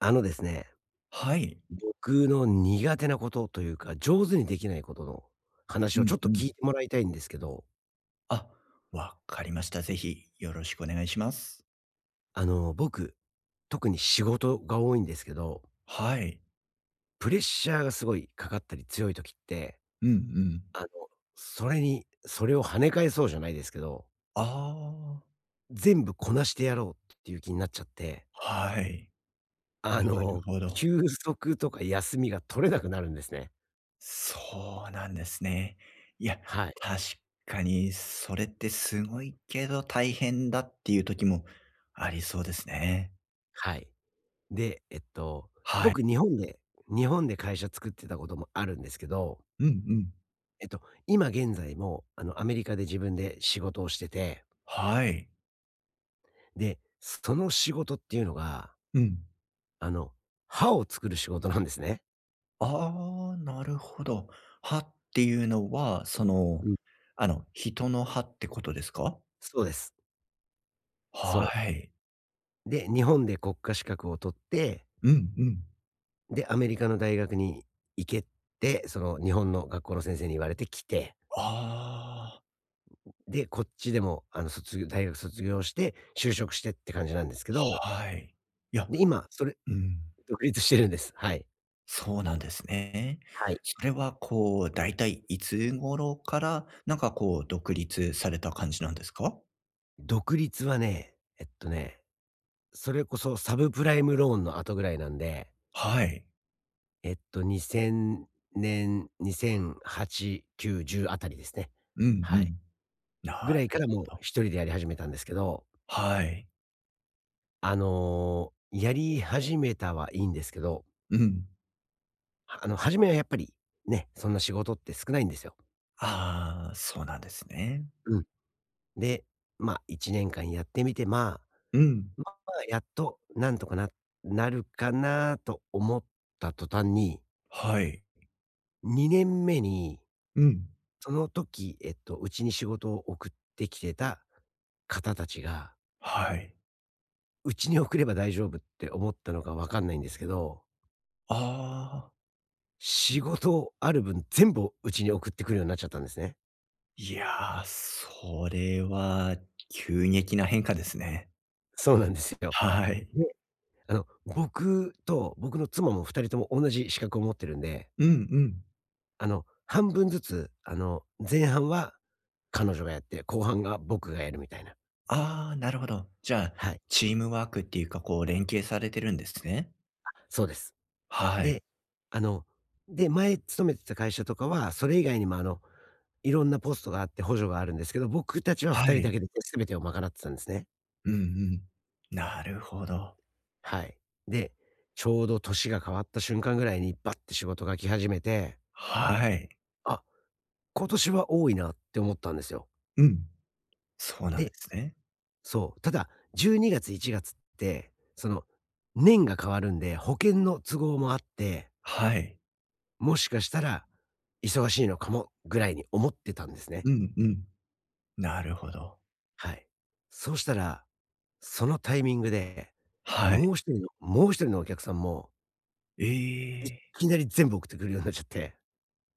あのですね、はい。僕の苦手なことというか、上手にできないことの話うをちょんっとう聞ん。いてもらいたいんですけど、あ、わかりました。ぜひよろしくお願いします。僕、特に仕事が多いんですけど、はい。プレッシャーがすごいかかったり強い時って、うんうん。あの、それを跳ね返そうじゃないですけど、ああ、全部こなしてやろうっていう気になっちゃって、はい。あなるの、ほど。休息とか休みが取れなくなるんですね。そうなんですね。いや、はい。確かにそれってすごいけど大変だっていう時もありそうですね。はい。で、は僕い。日本で日本で会社作ってたこともあるんですけど、うんうん。今現在も、アメリカで自分で仕事をしてて、はい。で、その仕事っていうのが、うん。あの、歯を作る仕事なんですね。ああ、なるほど。歯っていうのは、そうの、ん。人の歯ってことですか？そうです。はそい。う。で、日本で国家資格を取って、うんうん。で、アメリカの大学に行けって、その日本の学校の先生に言われて来て、あで、こっちでも、大学卒業して就職してって感じなんですけど、あ、はい。いや、で、今それうん、独立してるんです。はい。そうなんですね。はい。それはこう、だいたいいつ頃から、なんかこう独立された感じなんですか？独立はね、それこそサブプライムローンの後ぐらいなんで、はい。2000年、2008、9、10あたりですね。うんうはい。ん。なぐるらいからもうほど。一人でやり始めたんですけど、はい。やり始めたはいいんですけど、うん。初めはやっぱりね、そんな仕事って少ないんですよ。ああ、そうなんですね。うん。で、1年間やってみて、うん。やっとなんとかるかなと思った途端に、はい。2年目に、うん。その時、うちに仕事を送ってきてた方たちが、はい。うちに送れば大丈夫って思ったのかわかんないんですけど、ああ、仕事ある分全部うちに送ってくるようになっちゃったんですね。いやー、それは急激な変化ですね。そうなんですよ。はい。で、僕と妻も2人とも同じ資格を持ってるんでうんうん。半分ずつ、前半は彼女がやって、後半が僕がやるみたいな。ああ、なるほど。じゃあ、はい、チームワークっていうか、こう連携されてるんですね。そうです。はい。で、あの、前勤めてた会社とかは、それ以外にもいろんなポストがあって補助があるんですけど、僕たちはは2人だい。けで全てを賄ってたんですね。うんうん。なるほど。はい。で、ちょうど年が変わった瞬間ぐらいにバッて仕事が来始めて、はい。あ、今年は多いなって思ったんですよ。うん。そうなんでですね。そう。ただ、12月、1月って、その、年が変わるんで、保険の都合もあって、はい。もしかしたら、忙しいのかもぐらいに思ってたんですね。うんうん。なるほど。はい。そうしたら、そのタイミングで、はい。もう一人のお客さんも、えいえ、きなり全部送ってくるようになっちゃって、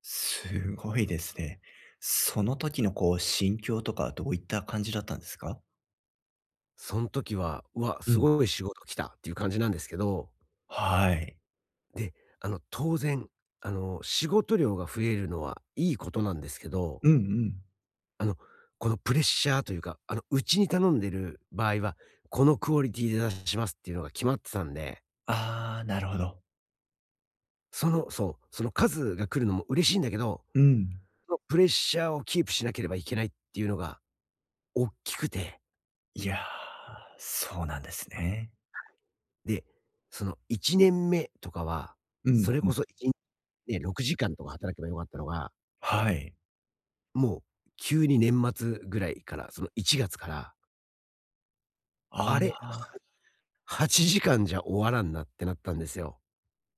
すごいですね。その時のこう心境とかどういった感じだったんですか？その時は、うわ、うすん。ごい仕事来たっていう感じなんですけど、はい。で、当然、仕事量が増えるのはいいことなんですけどうんうん。あの、このプレッシャーというか、うちに頼んでる場合は、このクオリティで出しますっていうのが決まってたんで、ああ、なるほど。その数が来るのも嬉しいんだけど、うん。そのプレッシャーをキープしなければいけないっていうのが大きくて、いやー、そうなんですね。で、その1年目とかは、うそんれうこん。そいちね、6時間とか働けばよかったのが、はい。もう急に年末ぐらいから、その1月から、ああれ、あ、8時間じゃ終わらんなってなったんですよ。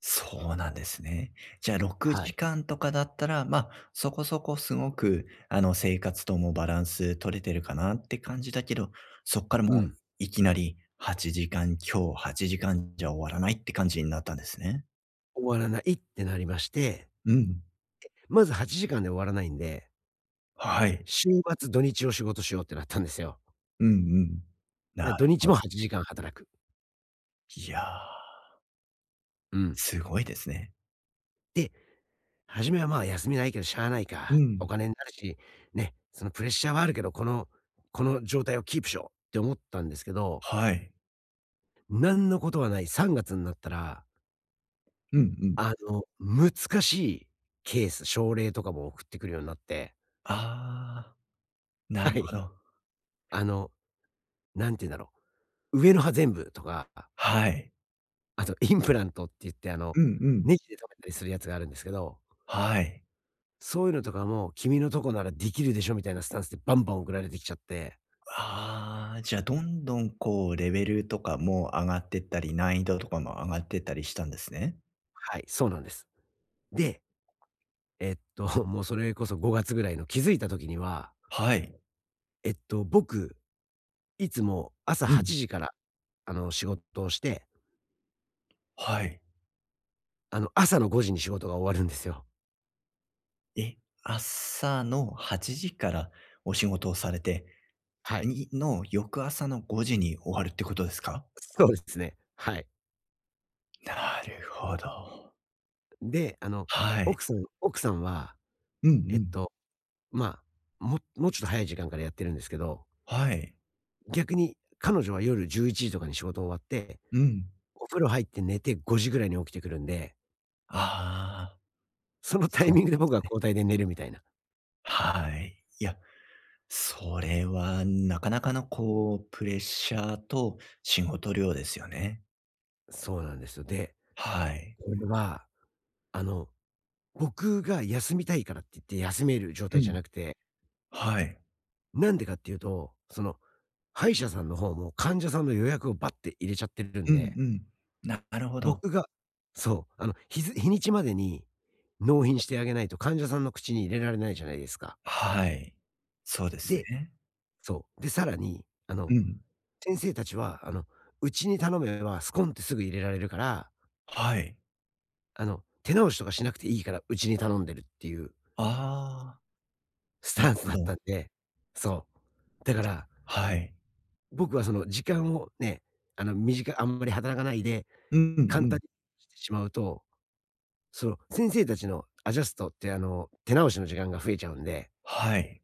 そうなんですね。じゃあ6はい。時間とかだったら、まあ、そこそこすごく、あの、生活ともバランス取れてるかなって感じだけど、そっからうもうん。いきなり8時間、今日8時間じゃ終わらないって感じになったんですね。終わらない、ってなりまして、うん。まず8時間で終わらないんで、はい。週末、土日を仕事しようってなったんですよ。うんうん。なるで、土日ほもど。8時間働く。いやー、うん。すごいですね。で、初めはまあ休みないけどしゃあないうか、おん。金になるし、ね、そのプレッシャーはあるけど、この状態をキープしようって思ったんですけど、はい。なんのことはない3月になったら、うんうん。難しいケース、症例とかも送ってくるようになって、ああ、なはるほい。ど。あの、なんて言うんだろう、上の歯全部とかはい。あとインプラントって言って、うんうん。ネジで留めたりするやつがあるんですけど、はい。そういうのとかも君のとこならできるでしょみたいなスタンスでバンバン送られてきちゃって。ああ、じゃあ、どんどんこうレベルとかも上がってったり、難易度とかも上がってったりしたんですね。はい、そうなんです。で、もうそれこそ5月ぐらいの気づいた時には、はい。僕、いつも朝うん。8時から、仕事をして、はい。朝の5時に仕事が終わるんですよ。え、朝の8時からお仕事をされて、はい。次の翌朝の5時に終わるってことですか？そうですね。はい。なるほど。で、はい。奥さんは、うんうえっん。と、まあ、もうちょっと早い時間からやってるんですけどはい。逆に彼女は夜11時とかに仕事終わって、うん。お風呂入って寝て5時ぐらいに起きてくるんで、ああ、そのタそうイなんミでングで僕すはね。交代で寝るみたいな。はい。いや、それはなかなかのこう、プレッシャーと仕事量ですよね。そうなんですよ。で、はい。これは、あの、僕が休みたいからって言って休める状う態じゃん。なくて、はい。なんでかっていうと、その、歯医者さんの方も患者さんの予約をバッて入れちゃってるんうんうで、ん。ななるほど。僕がそう、日ず日にちまでに納品してあげないと患者さんの口に入れられないじゃないですか。はい。そうですでね。そう、で、さらに、うん。先生たちは、うちに頼めばスコンってすぐ入れられるから、はい。手直しとかしなくていいから、うちに頼んでるっていうああ、スなタるンスほだったど。んで、そう。だから、はい。僕はその時間をね、あんまり働かないで、うんう簡単ん。にしてしまうと、その先生たちのアジャストって、手直しの時間が増えちゃうんで、はい。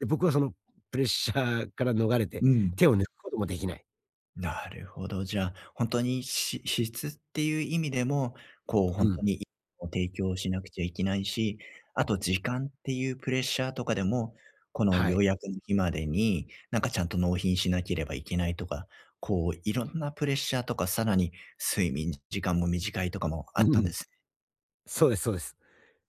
で、僕はそのプレッシャーから逃れて、うん。手を抜くこともできない。なるほど。じゃあ、本当にし質っていう意味でも、こうう本当ん。にいいものを提供しなくちゃいけないし、あと時間っていうプレッシャーとかでも、このは予い。約の日までに、なんかちゃんと納品しなければいけないとか、こういろんなプレッシャーとか、さらに睡眠時間も短いとかもあうっんたうんん。ですね。そうですそうです。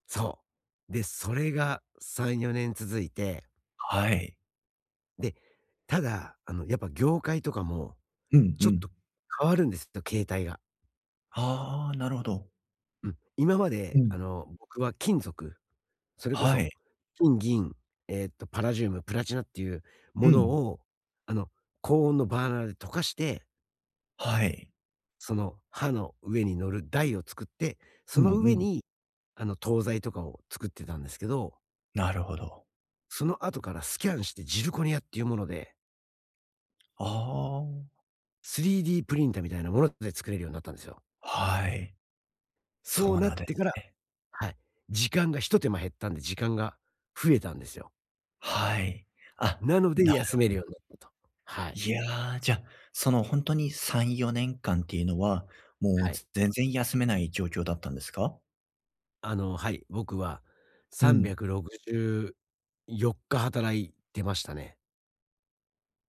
そう。で、それが3、4年続いて、はい。で、ただ、やっぱ業界とかも、うんうちょっん。と変わるんですよ、形態が。ああ、なるほど。うん。今まうで、ん。僕は金属、それこはそ、い。金、銀、パラジウム、プラチナっていううものん。を、あの、高温のバーナーで溶かして、はい。その刃の上に乗る台を作って、そうんのう上ん。に、東西とかを作ってたんですけど、なるほど。その後からスキャンしてジルコニアっていうもので ああ。3D プリンターみたいなもので作れるようになったんですよ。はい。そそううなっなんでてかすらね。はい、時間が一手間減ったんで、時間が増えたんですよ。はい。あ、なので、な、休めるようになったと。はい。いやー、じゃあ、その本んに3、4年間っていうのは、もはうい。全然休めない状況だったんですか？はい、僕はうん。364日働いてましたね。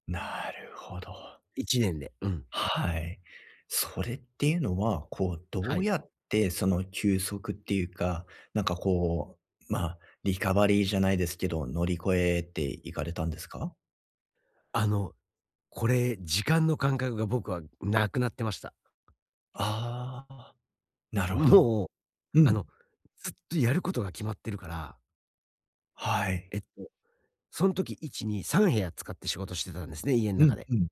なるほど。1年で。うん。はい。それっていうのは、こう、どはうい。やってその休息っていうか、なんかこう、まあ、リカバリーじゃないですけど、乗り越えていかれたんですか？あの、これ、時間の感覚が僕はなくなってました。ああー、なるほど。もう、うあん。の、ずっとやることが決まってるから、はい。えっその時1、2、3部屋使って仕事してたんですね、家のう中んで。うん。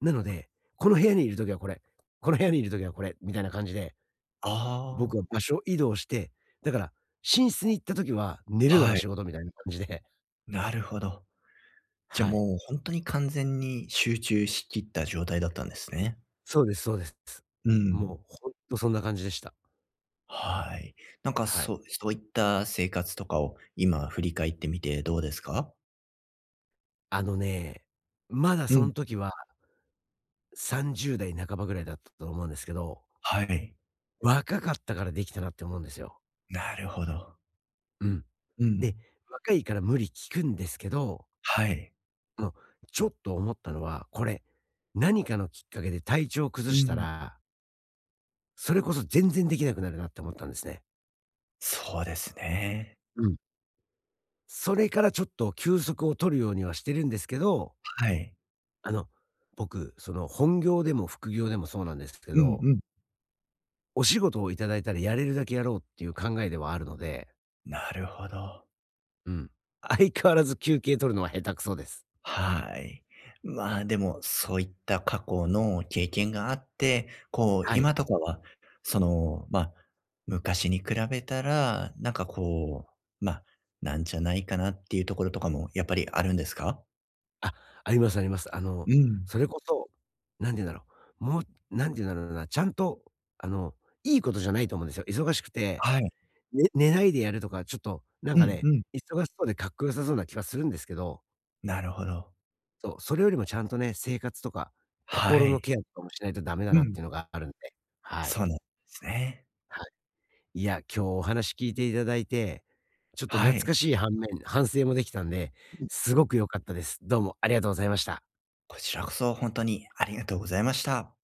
なので、この部屋にいる時はこれ、この部屋にいる時はこれ、みたいな感じで、僕はあ場所移動して、だから寝室に行った時は寝るあ、のがはい。仕事みたいな感じで、なるほど。じゃ、はい。もう本当に完全に集中しきった状態だったんですね。そうですそうです。うもうん。ほんとそんな感じでした。はい。なんか、はい。そそういった生活とかを今振り返ってみてどうですか？あのね、まだうそん。の時は30代半ばぐらいだったと思うんですけど、はい。若かったからできたなって思うんですよ。なるほど。うん。うん。で、若いから無理聞くんですけどはい。うん、ちょっと思ったのは、これ、何かのきっかけで体調を崩うしたん。ら、それこそ全然できなくなるなって思ったんですね。そうですね。うん。それからちょっと休息を取るようにはしてるんですけど、はい。あの、僕、その本業でも副業でもそうなんですけうんど、うん。お仕事をいただいたらやれるだけやろうっていう考えではあるので、なるほど。うん。相変わらず休憩取るのは下手くそです。はい。まあ、でも、そういった過去の経験があって、こう、はい。今とかは、その、まあ、昔に比べたら、なんかこう、まあ、なんじゃないかなっていうところとかもやっぱりあるんですか？あ、ありますあります。うん。それこそ、なんて言うんだろう、もう、なんて言うんだろうな、ちゃんと、あの、いいことじゃないと思うんですよ。忙しくて、はい。ね寝ないでやるとか、ちょっと、なんうかんね、うん。忙しそうでかっこよさそうな気はするんですけど、なるほど。そう、それよりもちゃんとね、生活とか、は心のい。ケアとかもしないとダメだうなっん。ていうのがあるんで。はい。そうなんですね。はい。いや、今日お話聞いていただいて、ちょっとは懐い。かしい反面、反省もできたんで、うん。すごく良かったです。どうもありがとうございました。こちらこそ本当にありがとうございました。